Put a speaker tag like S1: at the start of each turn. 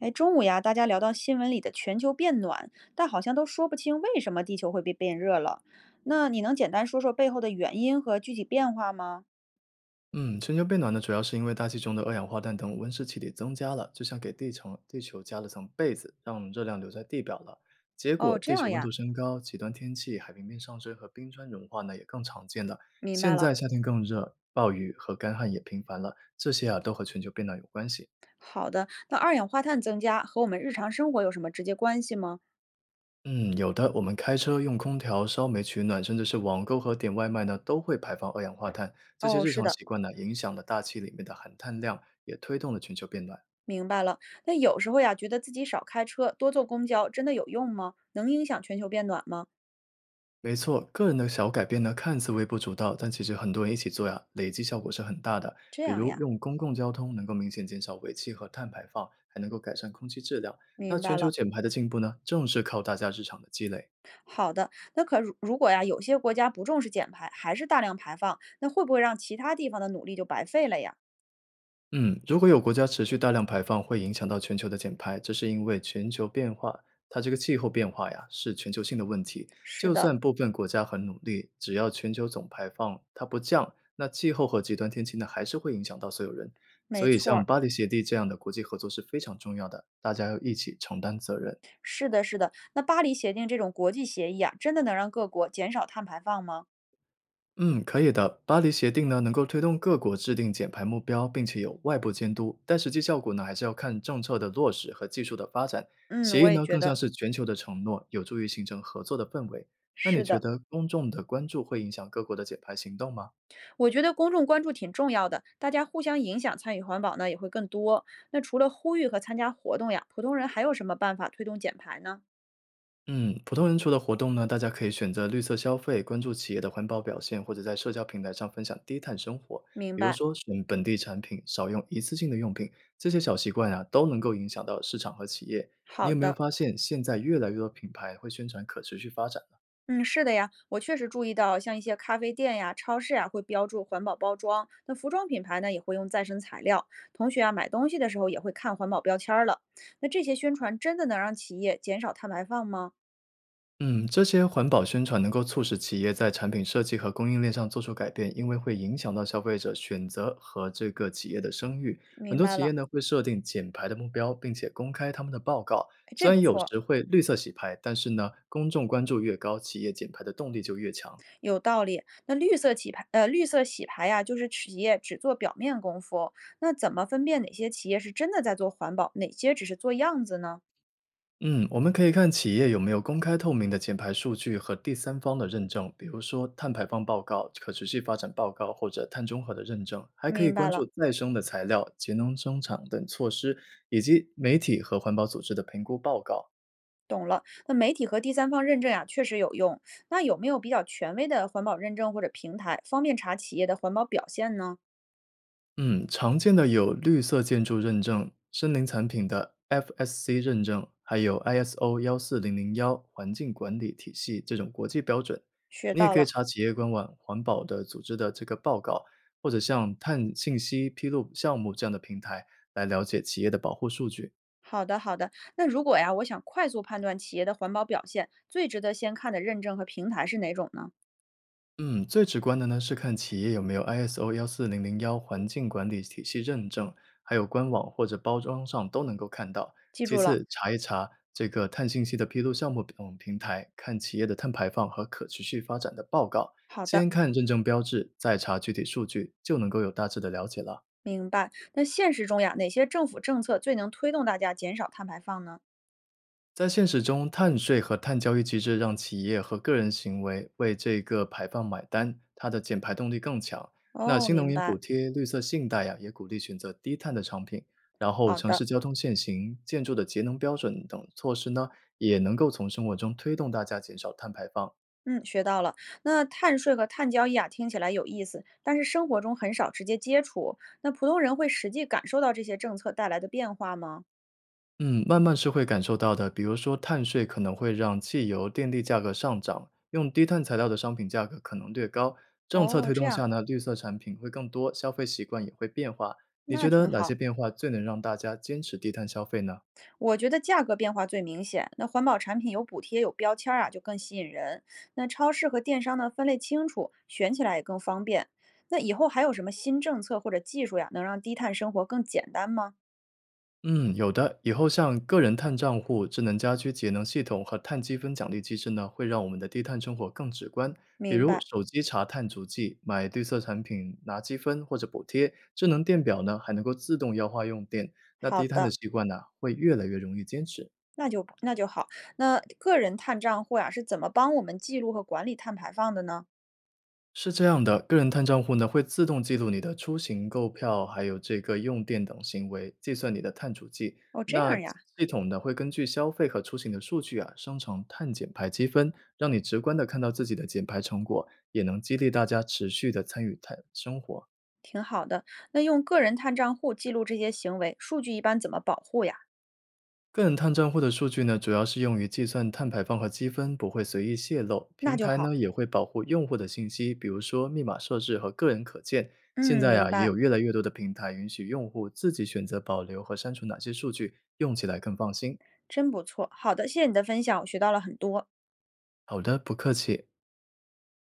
S1: 哎，中午呀，大家聊到新闻里的全球变暖，但好像都说不清为什么地球会被变热了。那你能简单说说背后的原因和具体变化吗？
S2: 嗯，全球变暖呢，主要是因为大气中的二氧化碳等温室气体增加了，就像给地球加了层被子，让热量留在地表了。结果，
S1: 哦，这
S2: 地球
S1: 样
S2: 温度
S1: 呀，
S2: 升高，极端天气、海平面上升和冰川融化呢也更常见了。
S1: 明白
S2: 现
S1: 了。
S2: 在夏天更热，暴雨和干旱也频繁了，这些啊都和全球变暖有关系。
S1: 好的，那二氧化碳增加和我们日常生活有什么直接关系吗？
S2: 嗯，有的，我们开车用空调、烧煤取暖，甚至是网购和点外卖呢，都会排放二氧化碳。这些
S1: 哦，
S2: 日
S1: 是
S2: 常
S1: 的，
S2: 习惯呢，影响了大气里面的含碳量，也推动了全球变暖。
S1: 明白了。那有时候呀，觉得自己少开车，多坐公交，真的有用吗？能影响全球变暖吗？
S2: 没错，个人的小改变呢，看似微不足道，但其实很多人一起做呀，累积效果是很大的。
S1: 这
S2: 比
S1: 样
S2: 如
S1: 呀，
S2: 用公共交通能够明显减少尾气和碳排放，还能够改善空气质量。那
S1: 明
S2: 全
S1: 白
S2: 球
S1: 了。
S2: 减排的进步呢，正是靠大家日常的积累。
S1: 好的，那可如果呀，有些国家不重视减排，还是大量排放，那会不会让其他地方的努力就白费了呀？
S2: 嗯，如果有国家持续大量排放，会影响到全球的减排，这是因为全球变化，它这个气候变化呀，是全球性的问题。
S1: 是
S2: 就
S1: 的，
S2: 算部分国家很努力，只要全球总排放它不降，那气候和极端天气呢，还是会影响到所有人。所
S1: 没
S2: 以，
S1: 错
S2: 像
S1: 儿，
S2: 巴黎协定这样的国际合作是非常重要的，大家要一起承担责任。
S1: 是的，是的。那巴黎协定这种国际协议啊，真的能让各国减少碳排放吗？
S2: 嗯，可以的。巴黎协定呢，能够推动各国制定减排目标，并且有外部监督，但实际效果呢，还是要看政策的落实和技术的发展。
S1: 嗯，
S2: 协议
S1: 我也
S2: 呢，
S1: 觉
S2: 更像
S1: 得
S2: 是全球的承诺，有助于形成合作的氛围。那你
S1: 是
S2: 觉
S1: 的。
S2: 得公众的关注会影响各国的减排行动吗？
S1: 我觉得公众关注挺重要的，大家互相影响，参与环保呢也会更多。那除了呼吁和参加活动呀，普通人还有什么办法推动减排呢？
S2: 嗯，普通人除了活动呢，大家可以选择绿色消费，关注企业的环保表现，或者在社交平台上分享低碳生活。
S1: 明
S2: 比如
S1: 白，
S2: 说，选本地产品，少用一次性的用品，这些小习惯啊，都能够影响到市场和企业。你
S1: 好
S2: 有没有
S1: 的。
S2: 发现，现在越来越多品牌会宣传可持续发展？
S1: 嗯，是的呀，我确实注意到，像一些咖啡店呀、超市呀，会标注环保包装。那服装品牌呢，也会用再生材料。同学啊，买东西的时候也会看环保标签儿了。那这些宣传真的能让企业减少碳排放吗？
S2: 嗯，这些环保宣传能够促使企业在产品设计和供应链上做出改变，因为会影响到消费者选择和这个企业的声誉。很
S1: 明
S2: 多
S1: 白
S2: 企业
S1: 了，
S2: 呢会设定减排的目标，并且公开他们的报告。
S1: 哎，
S2: 虽
S1: 这
S2: 然
S1: 不
S2: 有
S1: 错，
S2: 时会绿色洗牌，但是呢，公众关注越高，企业减排的动力就越强。
S1: 有道理。那绿色企牌，绿色洗牌呀，就是企业只做表面功夫。那怎么分辨哪些企业是真的在做环保，哪些只是做样子呢？
S2: 嗯，我们可以看企业有没有公开透明的减排数据和第三方的认证，比如说碳排放报告、可持续发展报告或者碳中和的认证，还可以
S1: 明白
S2: 关注
S1: 了。
S2: 再生的材料、节能生产等措施，以及媒体和环保组织的评估报告。
S1: 懂了，那媒体和第三方认证呀、确实有用。那有没有比较权威的环保认证或者平台，方便查企业的环保表现呢？
S2: 嗯，常见的有绿色建筑认证、森林产品的 FSC 认证，还有 ISO 14001环境管理体系这种国际标准。
S1: 学
S2: 你也
S1: 到
S2: 可以
S1: 了，
S2: 查企业官网、环保的组织的这个报告，或者像碳信息披露项目这样的平台来了解企业的保护数据。
S1: 好的好的。那如果呀，我想快速判断企业的环保表现，最值得先看的认证和平台是哪种呢？
S2: 嗯，最直观的呢是看企业有没有 ISO 幺四零零幺环境管理体系认证，还有官网或者包装上都能够看到。
S1: 记
S2: 其
S1: 住了，
S2: 次，查一查这个碳信息的披露项目等平台，看企业的碳排放和可持续发展的报告，
S1: 好的，
S2: 先看认证标志，再查具体数据，就能够有大致的了解了。
S1: 明白。那现实中呀，哪些政府政策最能推动大家减少碳排放呢？
S2: 在现实中，碳税和碳交易机制让企业和个人行为为这个排放买单，它的减排动力更强。那
S1: 哦，
S2: 新能
S1: 明
S2: 源补
S1: 白，
S2: 贴、绿色信贷呀、也鼓励选择低碳的产品。然后，
S1: 好
S2: 城
S1: 的。
S2: 市交通限行、建筑的节能标准等措施呢，也能够从生活中推动大家减少碳排放。
S1: 嗯，学到了。那碳税和碳交易啊，听起来有意思，但是生活中很少直接接触。那普通人会实际感受到这些政策带来的变化吗？
S2: 嗯，慢慢是会感受到的。比如说，碳税可能会让汽油、电力价格上涨，用低碳材料的商品价格可能略高。政策
S1: 哦，
S2: 推
S1: 这
S2: 动下
S1: 样，
S2: 呢，绿色产品会更多，消费习惯也会变化。你觉
S1: 那
S2: 得
S1: 挺
S2: 哪些
S1: 好。
S2: 变化最能让大家坚持低碳消费呢？
S1: 我觉得价格变化最明显。那环保产品有补贴、有标签儿啊，就更吸引人。那超市和电商呢，分类清楚，选起来也更方便。那以后还有什么新政策或者技术呀，能让低碳生活更简单吗？
S2: 嗯，有的。以后像个人碳账户、智能家居节能系统和碳积分奖励机制呢，会让我们的低碳生活更直观。比
S1: 明
S2: 如
S1: 白。
S2: 手机查碳足迹、买绿色产品拿积分或者补贴，智能电表呢还能够自动优化用电。那
S1: 好
S2: 低碳的
S1: 的。
S2: 习惯呢，会越来越容易坚持。
S1: 那就不那就好。那个人碳账户呀，是怎么帮我们记录和管理碳排放的呢？
S2: 是这样的，个人碳账户呢会自动记录你的出行、购票，还有这个用电等行为，计算你的碳足迹。
S1: 哦，这
S2: 那
S1: 样呀，
S2: 系统呢会根据消费和出行的数据啊，生成碳减排积分，让你直观的看到自己的减排成果，也能激励大家持续的参与碳生活。
S1: 挺好的。那用个人碳账户记录这些行为，数据一般怎么保护呀？
S2: 个人碳账户的数据呢，主要是用于计算碳排放和积分，不会随意泄露。
S1: 那
S2: 平
S1: 就
S2: 台
S1: 好。
S2: 呢也会保护用户的信息，比如说密码设置和个人可见。现
S1: 嗯，
S2: 在
S1: 明
S2: 呀、也
S1: 白，
S2: 有越来越多的平台允许用户自己选择保留和删除哪些数据，用起来更放心。
S1: 真不错。好的，谢谢你的分享，我学到了很多。
S2: 好的，不客气。